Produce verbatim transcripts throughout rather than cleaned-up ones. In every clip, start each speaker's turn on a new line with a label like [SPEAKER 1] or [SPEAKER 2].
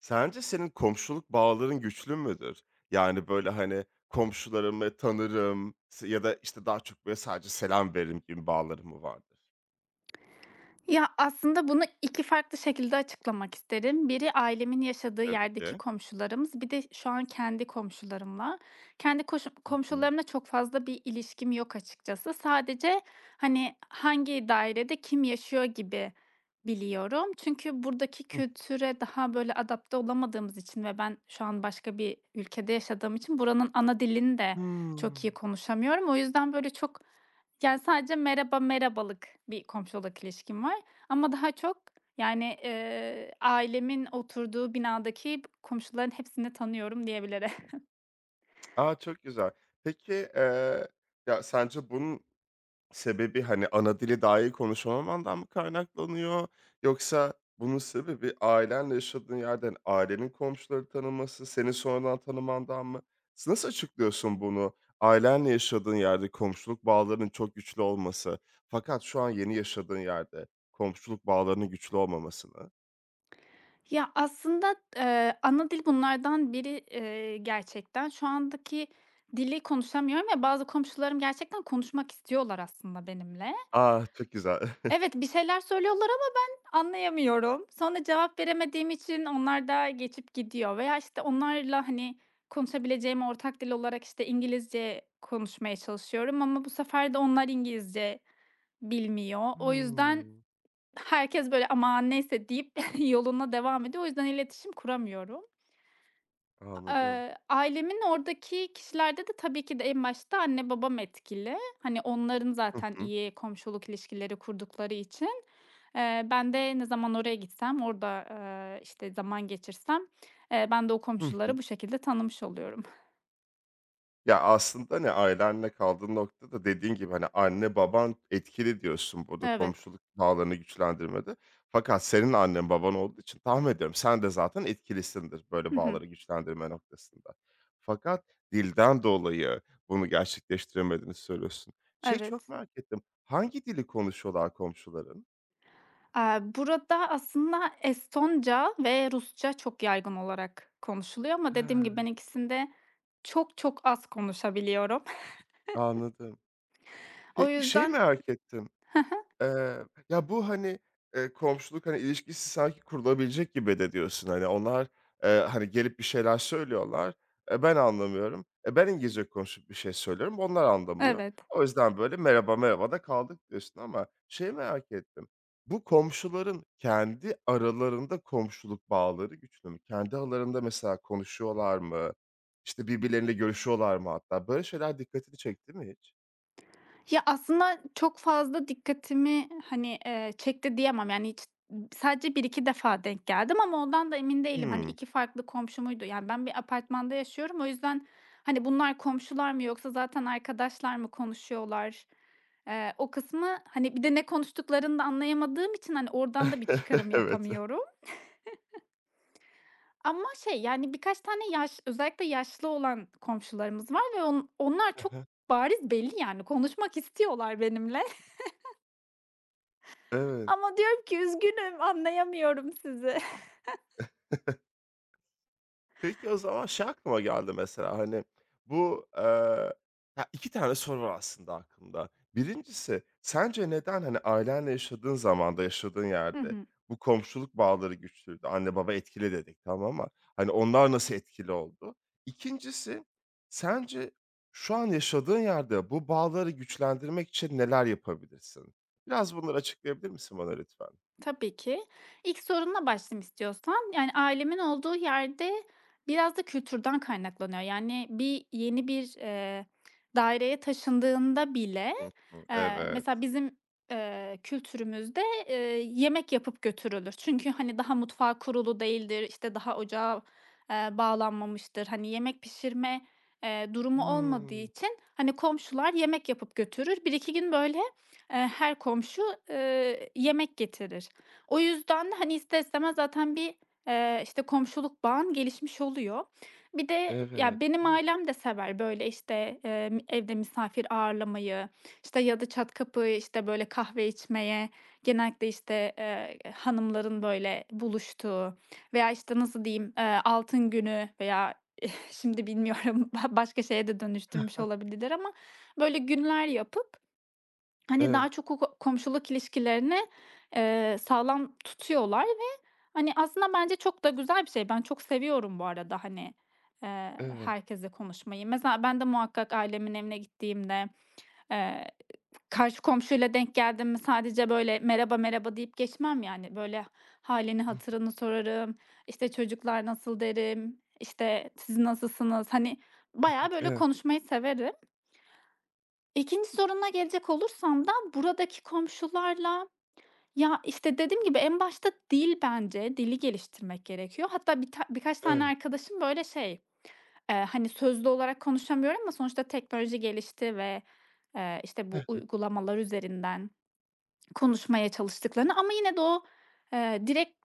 [SPEAKER 1] Sence senin komşuluk bağların güçlü müdür? Yani, böyle, hani, komşularımı tanırım s ya da, işte, daha çok, böyle, sadece selam veririm gibi bağların mı vardır?
[SPEAKER 2] Ya, aslında bunu iki farklı şekilde açıklamak isterim. Biri ailemin yaşadığı
[SPEAKER 1] Tabii
[SPEAKER 2] yerdeki
[SPEAKER 1] ki.
[SPEAKER 2] komşularımız, bir de şu an kendi komşularımla. Kendi koşu
[SPEAKER 1] Hı hı.
[SPEAKER 2] komşularımla çok fazla bir ilişkim yok açıkçası. Sadece, hani, hangi dairede kim yaşıyor gibi biliyorum. Çünkü buradaki
[SPEAKER 1] Hıh.
[SPEAKER 2] kültüre daha böyle adapte olamadığımız için ve ben şu an başka bir ülkede yaşadığım için buranın ana dilini de çok iyi
[SPEAKER 1] Hımm.
[SPEAKER 2] konuşamıyorum. O yüzden böyle çok yani, sadece merhaba, merhabalık bir komşuluk ilişkim var ama daha çok, yani, eee, ailemin oturduğu binadaki komşuların hepsini tanıyorum diyebilirim.
[SPEAKER 1] A, çok güzel. Peki, eee, ya, sence bunun sebebi, hani, ana dili dahi konuşamamandan mı kaynaklanıyor yoksa bunun sebebi ailenle yaşadığın yerden ailenin komşuları tanıması, seni sonradan tanımandan mı? Nasıl açıklıyorsun bunu? Ailenle yaşadığın yerde komşuluk bağlarının çok güçlü olması fakat şu an yeni yaşadığın yerde komşuluk bağlarının güçlü olmamasını.
[SPEAKER 2] Ya, aslında, eee, ana dil bunlardan biri, eee, gerçekten. Şu andaki dili konuşamıyorum ve bazı komşularım gerçekten konuşmak istiyorlar aslında benimle.
[SPEAKER 1] Ah, çok güzel.
[SPEAKER 2] Evet, bir şeyler söylüyorlar ama ben anlayamıyorum. Sonra cevap veremediğim için onlar da geçip gidiyor veya, işte, onlarla, hani, konuşabileceğim ortak dil olarak, işte, İngilizce konuşmaya çalışıyorum ama bu sefer de onlar İngilizce bilmiyor. O yüzden
[SPEAKER 1] Hımm,
[SPEAKER 2] herkes, böyle, "Aman neyse." deyip yoluna devam ediyor. O yüzden iletişim kuramıyorum.
[SPEAKER 1] Anladım.
[SPEAKER 2] eee, ailemin oradaki kişilerde de tabii ki de en başta anne babam etkili. Hani, onların
[SPEAKER 1] Hı
[SPEAKER 2] zaten
[SPEAKER 1] hı.
[SPEAKER 2] iyi komşuluk ilişkileri kurdukları için. Eee, ben de ne zaman oraya gitsem, orada, eee, işte, zaman geçirsem, eee, ben de o
[SPEAKER 1] Hı hı.
[SPEAKER 2] komşuları bu şekilde tanımış oluyorum.
[SPEAKER 1] Ya, aslında, hani, ailenle kaldığın noktada dediğin gibi, hani, anne baban etkili diyorsun burada
[SPEAKER 2] Evet.
[SPEAKER 1] komşuluk bağlarını güçlendirmede. Fakat senin annen baban olduğu için tahmin ediyorum sen de zaten etkilisindir
[SPEAKER 2] Hı
[SPEAKER 1] böyle
[SPEAKER 2] hı.
[SPEAKER 1] bağları güçlendirme noktasında. Fakat dilden dolayı bunu gerçekleştiremediğini söylüyorsun. Şey çok
[SPEAKER 2] Evet.
[SPEAKER 1] merak ettim, hangi dili konuşuyorlar komşuların?
[SPEAKER 2] Eee, burada aslında Estonca ve Rusça çok yaygın olarak konuşuluyor ama dediğim gibi ben
[SPEAKER 1] He.
[SPEAKER 2] ikisini de çok çok az konuşabiliyorum.
[SPEAKER 1] Anladım.
[SPEAKER 2] O
[SPEAKER 1] Peki şey
[SPEAKER 2] yüzden.
[SPEAKER 1] merak ettim. Eee, ya, bu, hani, eee, komşuluk, hani, ilişkisi sanki kurulabilecek gibi de diyorsun. Hani, onlar, eee, hani, gelip bir şeyler söylüyorlar, eee, ben anlamıyorum. E, ben İngilizce konuşup bir şey söylüyorum, onlar anlamıyor.
[SPEAKER 2] Evet.
[SPEAKER 1] O yüzden, böyle, merhaba merhaba da kaldık diyorsun ama şey merak ettim. Bu komşuların kendi aralarında komşuluk bağları güçlü mü? Kendi aralarında mesela konuşuyorlar mı? İşte, birbirleriyle görüşüyorlar mı hatta? Böyle şeyler dikkatini çekti mi hiç?
[SPEAKER 2] Ya, aslında çok fazla dikkatimi, hani, eee, çekti diyemem. Yani hiç sadece bir iki defa denk geldim ama ondan da emin değilim. Hani
[SPEAKER 1] Hımm.
[SPEAKER 2] iki farklı komşu muydu? Yani ben bir apartmanda yaşıyorum. O yüzden, hani, bunlar komşular mı yoksa zaten arkadaşlar mı konuşuyorlar? Eee, o kısmı, hani, bir de ne konuştuklarını da anlayamadığım için, hani, oradan da bir çıkarım
[SPEAKER 1] Evet.
[SPEAKER 2] yapamıyorum. Ama şey, yani, birkaç tane yaş özellikle yaşlı olan komşularımız var ve on onlar çok bariz belli, yani, konuşmak istiyorlar benimle.
[SPEAKER 1] Evet.
[SPEAKER 2] Ama diyorum ki üzgünüm, anlayamıyorum sizi.
[SPEAKER 1] Peki, o zaman şey aklıma geldi mesela, hani, bu, eee, ya, iki tane soru var aslında aklımda. Birincisi sence neden, hani, ailenle yaşadığın zamanda, yaşadığın
[SPEAKER 2] Hı
[SPEAKER 1] yerde
[SPEAKER 2] hı.
[SPEAKER 1] bu komşuluk bağları güçlüydü? Anne baba etkili dedik, tamam ama, hani, onlar nasıl etkili oldu? ikincisi sence şu an yaşadığın yerde bu bağları güçlendirmek için neler yapabilirsin? Biraz bunları açıklayabilir misin bana lütfen?
[SPEAKER 2] Tabii ki. İlk sorunla başlayayım istiyorsan. Yani ailemin olduğu yerde biraz da kültürden kaynaklanıyor. Yani bir yeni bir, eee, daireye taşındığında bile,
[SPEAKER 1] Hı hı.
[SPEAKER 2] eee,
[SPEAKER 1] Evet.
[SPEAKER 2] mesela bizim, eee, kültürümüzde, eee, yemek yapıp götürülür. Çünkü, hani, daha mutfağı kurulu değildir, işte, daha ocağa, eee, bağlanmamıştır. Hani, yemek pişirme, eee, durumu olmadığı
[SPEAKER 1] Hımm.
[SPEAKER 2] için, hani, komşular yemek yapıp götürür. Bir iki gün böyle, eee, her komşu, eee, yemek getirir. O yüzden, hani, ister istemez zaten bir, eee, işte, komşuluk bağın gelişmiş oluyor. Bir de ya,
[SPEAKER 1] Evet,
[SPEAKER 2] benim
[SPEAKER 1] değil mi?
[SPEAKER 2] ailem de sever böyle, işte, emm, evde misafir ağırlamayı, işte, ya da çat kapı, işte, böyle, kahve içmeye, genellikle, işte, eee, hanımların, böyle, buluştuğu veya, işte, nasıl diyeyim, eee, altın günü veya şimdi bilmiyorum başka şeye de dönüştürmüş olabilirler ama böyle günler yapıp. Hani,
[SPEAKER 1] Evet.
[SPEAKER 2] daha çok o ko komşuluk ilişkilerini, eee, sağlam tutuyorlar ve, hani, aslında bence çok da güzel bir şey. Ben çok seviyorum bu arada, hani, eee,
[SPEAKER 1] Evet.
[SPEAKER 2] herkesle konuşmayı. Mesela ben de muhakkak ailemin evine gittiğimde, eee, karşı komşuyla denk geldim mi sadece, böyle, merhaba merhaba deyip geçmem yani. Böyle, halini
[SPEAKER 1] Hı hı.
[SPEAKER 2] hatırını sorarım. İşte çocuklar nasıl derim, İşte siz nasılsınız? Hani, bayağı, böyle,
[SPEAKER 1] Evet,
[SPEAKER 2] konuşmayı severim. İkinci soruna gelecek olursam da buradaki komşularla ya, işte, dediğim gibi en başta dil bence, dili geliştirmek gerekiyor. Hatta bir ta birkaç tane
[SPEAKER 1] evet.
[SPEAKER 2] arkadaşım, böyle, şey, eee, hani, sözlü olarak konuşamıyorum ama sonuçta teknoloji gelişti ve, eee, işte, bu
[SPEAKER 1] Heh.
[SPEAKER 2] uygulamalar üzerinden konuşmaya çalıştıklarını ama yine de o, eee, direkt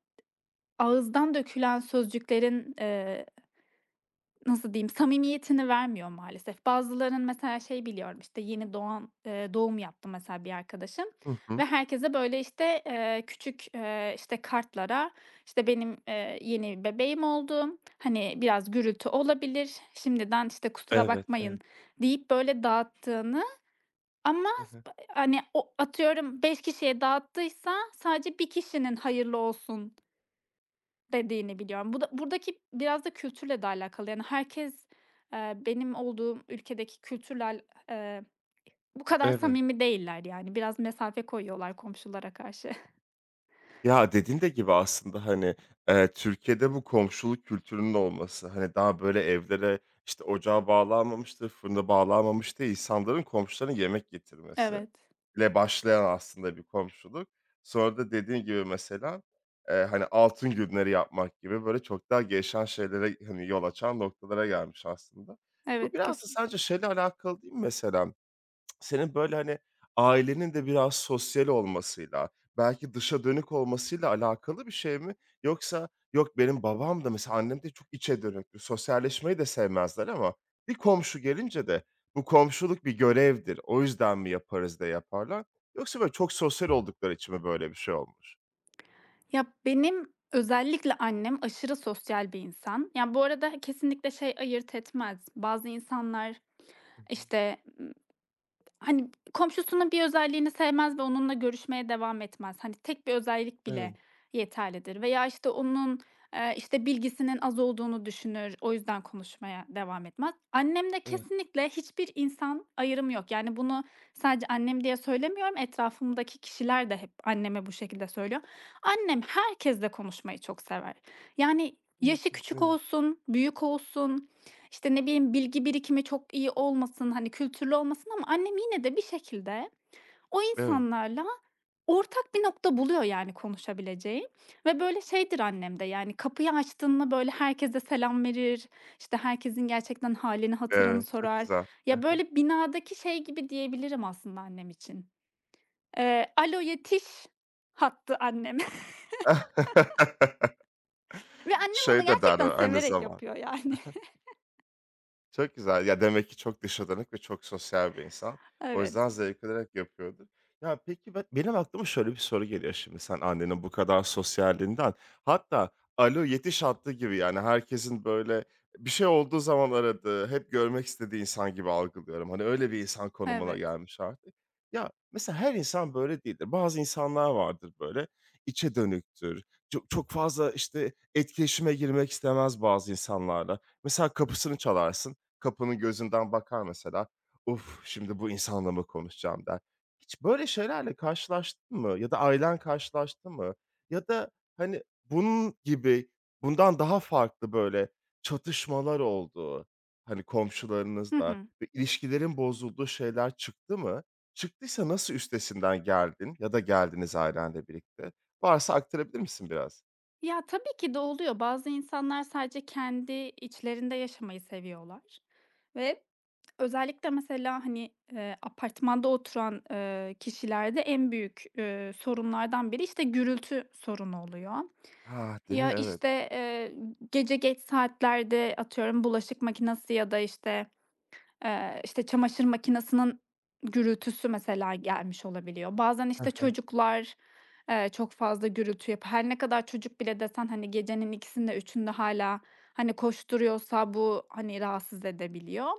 [SPEAKER 2] ağızdan dökülen sözcüklerin, nasıl diyeyim, samimiyetini vermiyor maalesef. Bazılarının mesela şey biliyorum, işte, yeni doğan, eee, doğum yaptı mesela bir arkadaşım
[SPEAKER 1] Hı hı.
[SPEAKER 2] ve herkese böyle, işte, eee, küçük, eee, işte, kartlara, işte, benim, eee, yeni bebeğim oldu, hani, biraz gürültü olabilir, şimdiden, işte, kusura
[SPEAKER 1] Evet,
[SPEAKER 2] bakmayın
[SPEAKER 1] evet.
[SPEAKER 2] deyip böyle dağıttığını ama,
[SPEAKER 1] Hı hı.
[SPEAKER 2] hani, o atıyorum beş kişiye dağıttıysa sadece bir kişinin hayırlı olsun dediğini biliyorum. Bu da buradaki biraz da kültürle de alakalı. Yani herkes, eee, benim olduğum ülkedeki kültürle al eee, bu kadar
[SPEAKER 1] Evet.
[SPEAKER 2] samimi değiller yani. Biraz mesafe koyuyorlar komşulara karşı.
[SPEAKER 1] Ya, dediğin de gibi aslında, hani, eee, Türkiye'de bu komşuluk kültürünün olması, hani, daha böyle evlere, işte, ocağa bağlanmamıştır, fırına bağlanmamış insanların komşularına yemek getirmesi
[SPEAKER 2] Evet.
[SPEAKER 1] ile başlayan aslında bir komşuluk. Sonra da dediğin gibi mesela, eee, hani, altın günleri yapmak gibi böyle çok daha gelişen şeylere, hani, yol açan noktalara gelmiş aslında. Bu
[SPEAKER 2] Evet,
[SPEAKER 1] biraz da
[SPEAKER 2] kesin.
[SPEAKER 1] sence şeyle alakalı değil mi mesela? Senin, böyle, hani, ailenin de biraz sosyal olmasıyla, belki dışa dönük olmasıyla alakalı bir şey mi? Yoksa, yok benim babam da mesela annem de çok içe dönüktür, sosyalleşmeyi de sevmezler ama bir komşu gelince de bu komşuluk bir görevdir, o yüzden mi yaparız da yaparlar? Yoksa, böyle, çok sosyal oldukları için mi böyle bir şey olmuş?
[SPEAKER 2] Ya, benim özellikle annem aşırı sosyal bir insan. Yani bu arada kesinlikle şey ayırt etmez. Bazı insanlar,
[SPEAKER 1] Hı hı.
[SPEAKER 2] işte, hani, komşusunun bir özelliğini sevmez ve onunla görüşmeye devam etmez. Hani, tek bir özellik bile
[SPEAKER 1] Evet,
[SPEAKER 2] yeterlidir veya, işte, onun, eee, işte, bilgisinin az olduğunu düşünür, o yüzden konuşmaya devam etmez. Annemde
[SPEAKER 1] evet.
[SPEAKER 2] kesinlikle hiçbir insan ayrımı yok. Yani, bunu sadece annem diye söylemiyorum, etrafımdaki kişiler de hep anneme bu şekilde söylüyor. Annem herkesle konuşmayı çok sever. Yani,
[SPEAKER 1] Hıı.
[SPEAKER 2] yaşı
[SPEAKER 1] Hı,
[SPEAKER 2] küçük
[SPEAKER 1] evet,
[SPEAKER 2] olsun, büyük olsun, işte, ne bileyim, bilgi birikimi çok iyi olmasın, hani, kültürlü olmasın ama annem yine de bir şekilde o
[SPEAKER 1] evet,
[SPEAKER 2] insanlarla ortak bir nokta buluyor, yani, konuşabileceği ve, böyle, şeydir annem de, yani, kapıyı açtığında, böyle, herkese selam verir, işte, herkesin gerçekten halini, hatırını
[SPEAKER 1] evet, çok
[SPEAKER 2] sorar.
[SPEAKER 1] güzel.
[SPEAKER 2] Ya, böyle, binadaki şey gibi diyebilirim aslında annem için. Eee, "Alo, yetiş!" hattı annem. Ve annem bunu
[SPEAKER 1] Şey de
[SPEAKER 2] gerçekten
[SPEAKER 1] derler aynı
[SPEAKER 2] severek
[SPEAKER 1] zamanda.
[SPEAKER 2] yapıyor, yani.
[SPEAKER 1] Çok güzel. Ya, demek ki çok dışa dönük ve çok sosyal bir insan. O
[SPEAKER 2] Evet,
[SPEAKER 1] yüzden zevk alarak yapıyordur. Ya, peki be benim aklıma şöyle bir soru geliyor şimdi sen annenin bu kadar sosyalliğinden. Hatta "Alo, yetiş!" hattı gibi, yani, herkesin, böyle, bir şey olduğu zaman aradığı, hep görmek istediği insan gibi algılıyorum. Hani, öyle bir insan konumuna
[SPEAKER 2] evet.
[SPEAKER 1] gelmiş artık. Ya, mesela her insan böyle değildir. Bazı insanlar vardır, böyle, içe dönüktür. Çok çok fazla, işte, etkileşime girmek istemez bazı insanlarla. Mesela kapısını çalarsın. Kapının gözünden bakar mesela. "Uf, şimdi bu insanla mı konuşacağım?" der. Hiç böyle şeylerle karşılaştın mı ya da ailen karşılaştı mı? Ya da, hani, bunun gibi, bundan daha farklı böyle çatışmalar oldu hani,
[SPEAKER 2] Hı
[SPEAKER 1] komşularınızla
[SPEAKER 2] hı.
[SPEAKER 1] ve ilişkilerin bozulduğu şeyler çıktı mı? Çıktıysa nasıl üstesinden geldin ya da geldiniz ailenle birlikte? Varsa aktarabilir misin biraz?
[SPEAKER 2] Ya, tabii ki de oluyor. Bazı insanlar sadece kendi içlerinde yaşamayı seviyorlar ve özellikle mesela, hani, eee, apartmanda oturan, eee, kişilerde en büyük, eee, sorunlardan biri, işte, gürültü sorunu oluyor.
[SPEAKER 1] Ah, değil mi?
[SPEAKER 2] Ya,
[SPEAKER 1] Evet.
[SPEAKER 2] işte, eee, gece geç saatlerde, atıyorum, bulaşık makinesi ya da, işte, Eee, işte, çamaşır makinesinin gürültüsü mesela gelmiş olabiliyor. Bazen, işte, çocuklar, eee, çok fazla gürültü yapıyor. Her ne kadar çocuk bile desen, hani, gecenin ikisinde üçünde hala hani, koşturuyorsa bu, hani, rahatsız edebiliyor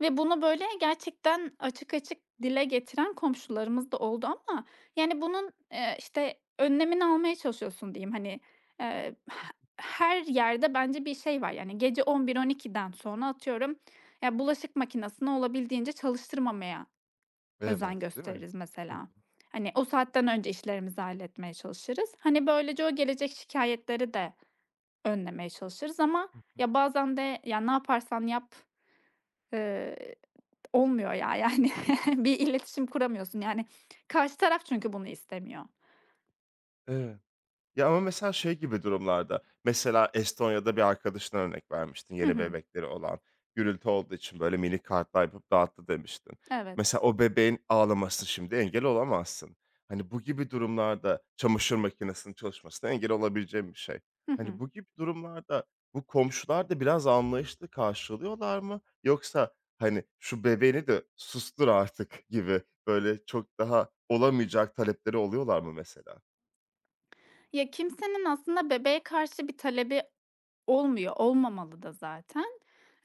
[SPEAKER 2] ve bunu, böyle, gerçekten açık açık dile getiren komşularımız da oldu ama, yani, bunun, eee, işte, önlemini almaya çalışıyorsun diyeyim. Hani, eee, her yerde bence bir şey var. Yani, gece gece on birden gece yarısına kadar sonra atıyorum ya, bulaşık makinesini olabildiğince çalıştırmamaya özen
[SPEAKER 1] Evet, değil mi?
[SPEAKER 2] gösteririz mesela. Hani, o saatten önce işlerimizi halletmeye çalışırız. Hani, böylece o gelecek şikayetleri de önlemeye çalışırız ama
[SPEAKER 1] Hı hı.
[SPEAKER 2] ya, bazen de, ya, ne yaparsan yap, eee, olmuyor ya, yani. Bir iletişim kuramıyorsun, yani. Karşı taraf çünkü bunu istemiyor.
[SPEAKER 1] Evet. Ya, ama mesela şey gibi durumlarda, mesela Estonya'da bir arkadaşına örnek vermiştin,
[SPEAKER 2] Hı
[SPEAKER 1] yeni
[SPEAKER 2] hı.
[SPEAKER 1] bebekleri olan, gürültü olduğu için, böyle, mini kartlar yapıp dağıttı demiştin.
[SPEAKER 2] Evet.
[SPEAKER 1] Mesela o bebeğin ağlamasını şimdi engel olamazsın. Hani, bu gibi durumlarda çamaşır makinesinin çalışmasına engel olabileceğim bir şey.
[SPEAKER 2] Hı
[SPEAKER 1] Hani,
[SPEAKER 2] hı.
[SPEAKER 1] bu gibi durumlarda bu komşular da biraz anlayışla karşılıyorlar mı? Yoksa, hani, "Şu bebeğini de sustur artık." gibi, böyle, çok daha olamayacak talepleri oluyorlar mı mesela?
[SPEAKER 2] Ya, kimsenin aslında bebeğe karşı bir talebi olmuyor, olmamalı da zaten.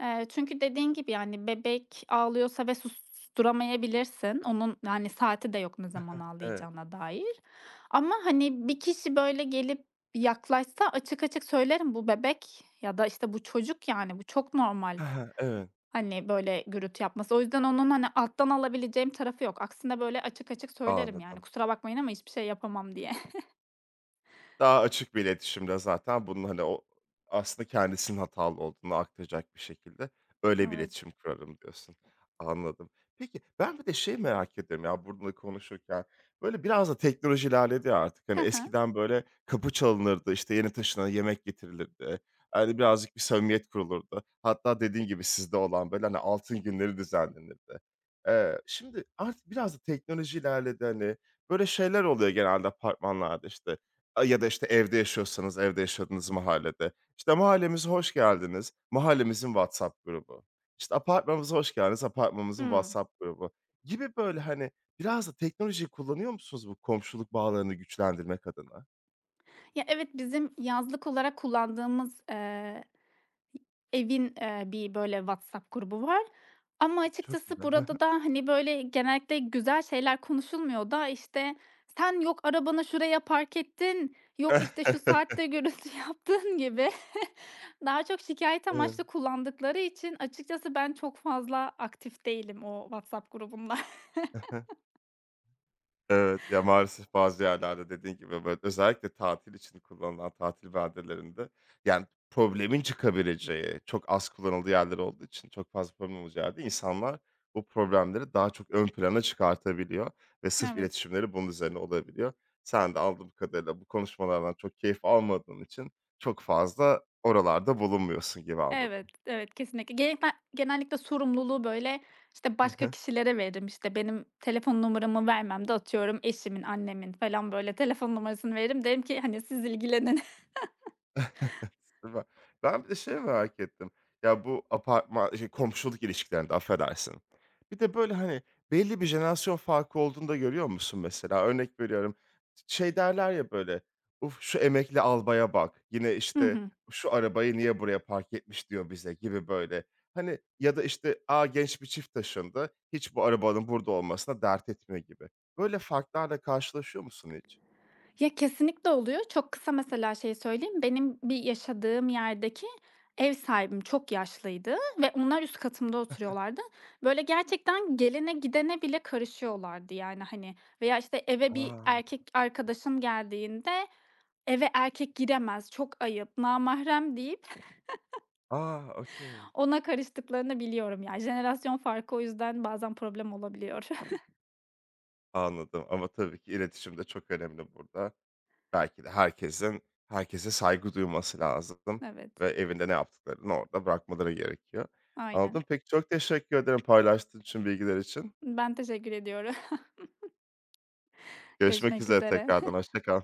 [SPEAKER 2] Eee, çünkü dediğin gibi, yani, bebek ağlıyorsa ve susturamayabilirsin. Onun, yani, saati de yok ne zaman
[SPEAKER 1] Evet.
[SPEAKER 2] ağlayacağına dair. Ama, hani, bir kişi böyle gelip yaklaşsa açık açık söylerim, "Bu bebek ya da, işte, bu çocuk, yani, bu çok normal,
[SPEAKER 1] He he, evet.
[SPEAKER 2] hani, böyle gürültü yapması." O yüzden onun, hani, alttan alabileceğim tarafı yok. Aksine böyle açık açık söylerim, yani,
[SPEAKER 1] Anladım.
[SPEAKER 2] "Kusura bakmayın ama hiçbir şey yapamam." diye.
[SPEAKER 1] Daha açık bir iletişimle zaten bunun, hani, o aslında kendisinin hatalı olduğunu aktaracak bir şekilde öyle bir
[SPEAKER 2] Evet.
[SPEAKER 1] iletişim kurarım diyorsun. Anladım. Peki, ben bir de şey merak ediyorum ya burada konuşurken. Böyle biraz da teknoloji ilerledi ya artık.
[SPEAKER 2] Hı
[SPEAKER 1] Hani,
[SPEAKER 2] hı.
[SPEAKER 1] eskiden, böyle, kapı çalınırdı, işte, yeni taşınana yemek getirilirdi. Hani, birazcık bir samimiyet kurulurdu. Hatta dediğin gibi sizde olan, böyle, hani, altın günleri düzenlenirdi. Eee, şimdi artık biraz da teknoloji ilerledi, hani. Böyle şeyler oluyor genelde apartmanlarda, işte, ya da, işte, evde yaşıyorsanız evde yaşadığınız mahallede. İşte, "Mahallemize hoş geldiniz." Mahallemizin WhatsApp grubu. İşte, "Apartmanımıza hoş geldiniz." Apartmanımızın
[SPEAKER 2] Hıı.
[SPEAKER 1] WhatsApp grubu gibi, böyle, hani, biraz da teknolojiyi kullanıyor musunuz bu komşuluk bağlarını güçlendirmek adına?
[SPEAKER 2] Ya, evet, bizim yazlık olarak kullandığımız, eee, evin, eee, bir böyle WhatsApp grubu var ama
[SPEAKER 1] Çok
[SPEAKER 2] açıkçası
[SPEAKER 1] güzel.
[SPEAKER 2] burada da, hani, böyle genellikle güzel şeyler konuşulmuyor da, işte, "Sen yok arabanı şuraya park ettin, yok, işte, şu saatte gürültü yaptığın gibi daha çok şikayet
[SPEAKER 1] Evet.
[SPEAKER 2] amaçlı kullandıkları için açıkçası ben çok fazla aktif değilim o WhatsApp grubunda.
[SPEAKER 1] Evet, ya, maalesef bazı yerlerde dediğin gibi, böyle, özellikle tatil için kullanılan tatil beldelerinde, yani, problemin çıkabileceği, çok az kullanıldığı yerler olduğu için çok fazla problem olacağı yerde insanlar bu problemleri daha çok ön plana çıkartabiliyor ve sırf
[SPEAKER 2] Evet.
[SPEAKER 1] iletişimleri bunun üzerine olabiliyor. Sen de anladığım kadarıyla bu konuşmalardan çok keyif almadığın için çok fazla oralarda bulunmuyorsun gibi
[SPEAKER 2] Evet,
[SPEAKER 1] anladım.
[SPEAKER 2] evet, kesinlikle. Genellikle genellikle sorumluluğu, böyle, işte, başka kişilere veririm. İşte, benim telefon numaramı vermem de atıyorum eşimin, annemin falan, böyle, telefon numarasını veririm. Derim ki, hani, "Siz ilgilenin."
[SPEAKER 1] Ve ben bir de şeyi merak ettim. Ya, bu apartman şey, komşuluk ilişkilerinde affedersin. Bir de, böyle, hani, belli bir jenerasyon farkı olduğunu da görüyor musun mesela? Örnek veriyorum, şey derler ya, böyle, "Uf, şu emekli albaya bak." Yine,
[SPEAKER 2] Hı
[SPEAKER 1] işte,
[SPEAKER 2] hı.
[SPEAKER 1] "Şu arabayı niye buraya park etmiş diyor bize." gibi, böyle. Hani, ya da, işte, "A, genç bir çift taşındı. Hiç bu arabanın burada olmasına dert etmiyor." gibi. Böyle farklarla karşılaşıyor musun hiç?
[SPEAKER 2] Ya, kesinlikle oluyor. Çok kısa mesela şey söyleyeyim. Benim bir yaşadığım yerdeki ev sahibim çok yaşlıydı ve onlar üst katımda oturuyorlardı. Böyle, gerçekten gelene gidene bile karışıyorlardı, yani, hani, veya, işte, eve bir
[SPEAKER 1] A!
[SPEAKER 2] erkek arkadaşım geldiğinde eve erkek giremez, çok ayıp, namahrem deyip
[SPEAKER 1] A! Okay.
[SPEAKER 2] ona karıştıklarını biliyorum ya. Jenerasyon farkı o yüzden bazen problem olabiliyor.
[SPEAKER 1] Anladım ama tabii ki iletişim de çok önemli burada. Belki de herkesin herkese saygı duyması lazım
[SPEAKER 2] Evet,
[SPEAKER 1] ve evinde ne yaptıklarını orada bırakmaları gerekiyor. Anladım.
[SPEAKER 2] aynen.
[SPEAKER 1] Peki, çok teşekkür ederim paylaştığın için, bilgiler için.
[SPEAKER 2] Ben teşekkür ediyorum.
[SPEAKER 1] Görüşmek
[SPEAKER 2] Görüşmek
[SPEAKER 1] üzere
[SPEAKER 2] üzere.
[SPEAKER 1] tekrardan, hoşça kal.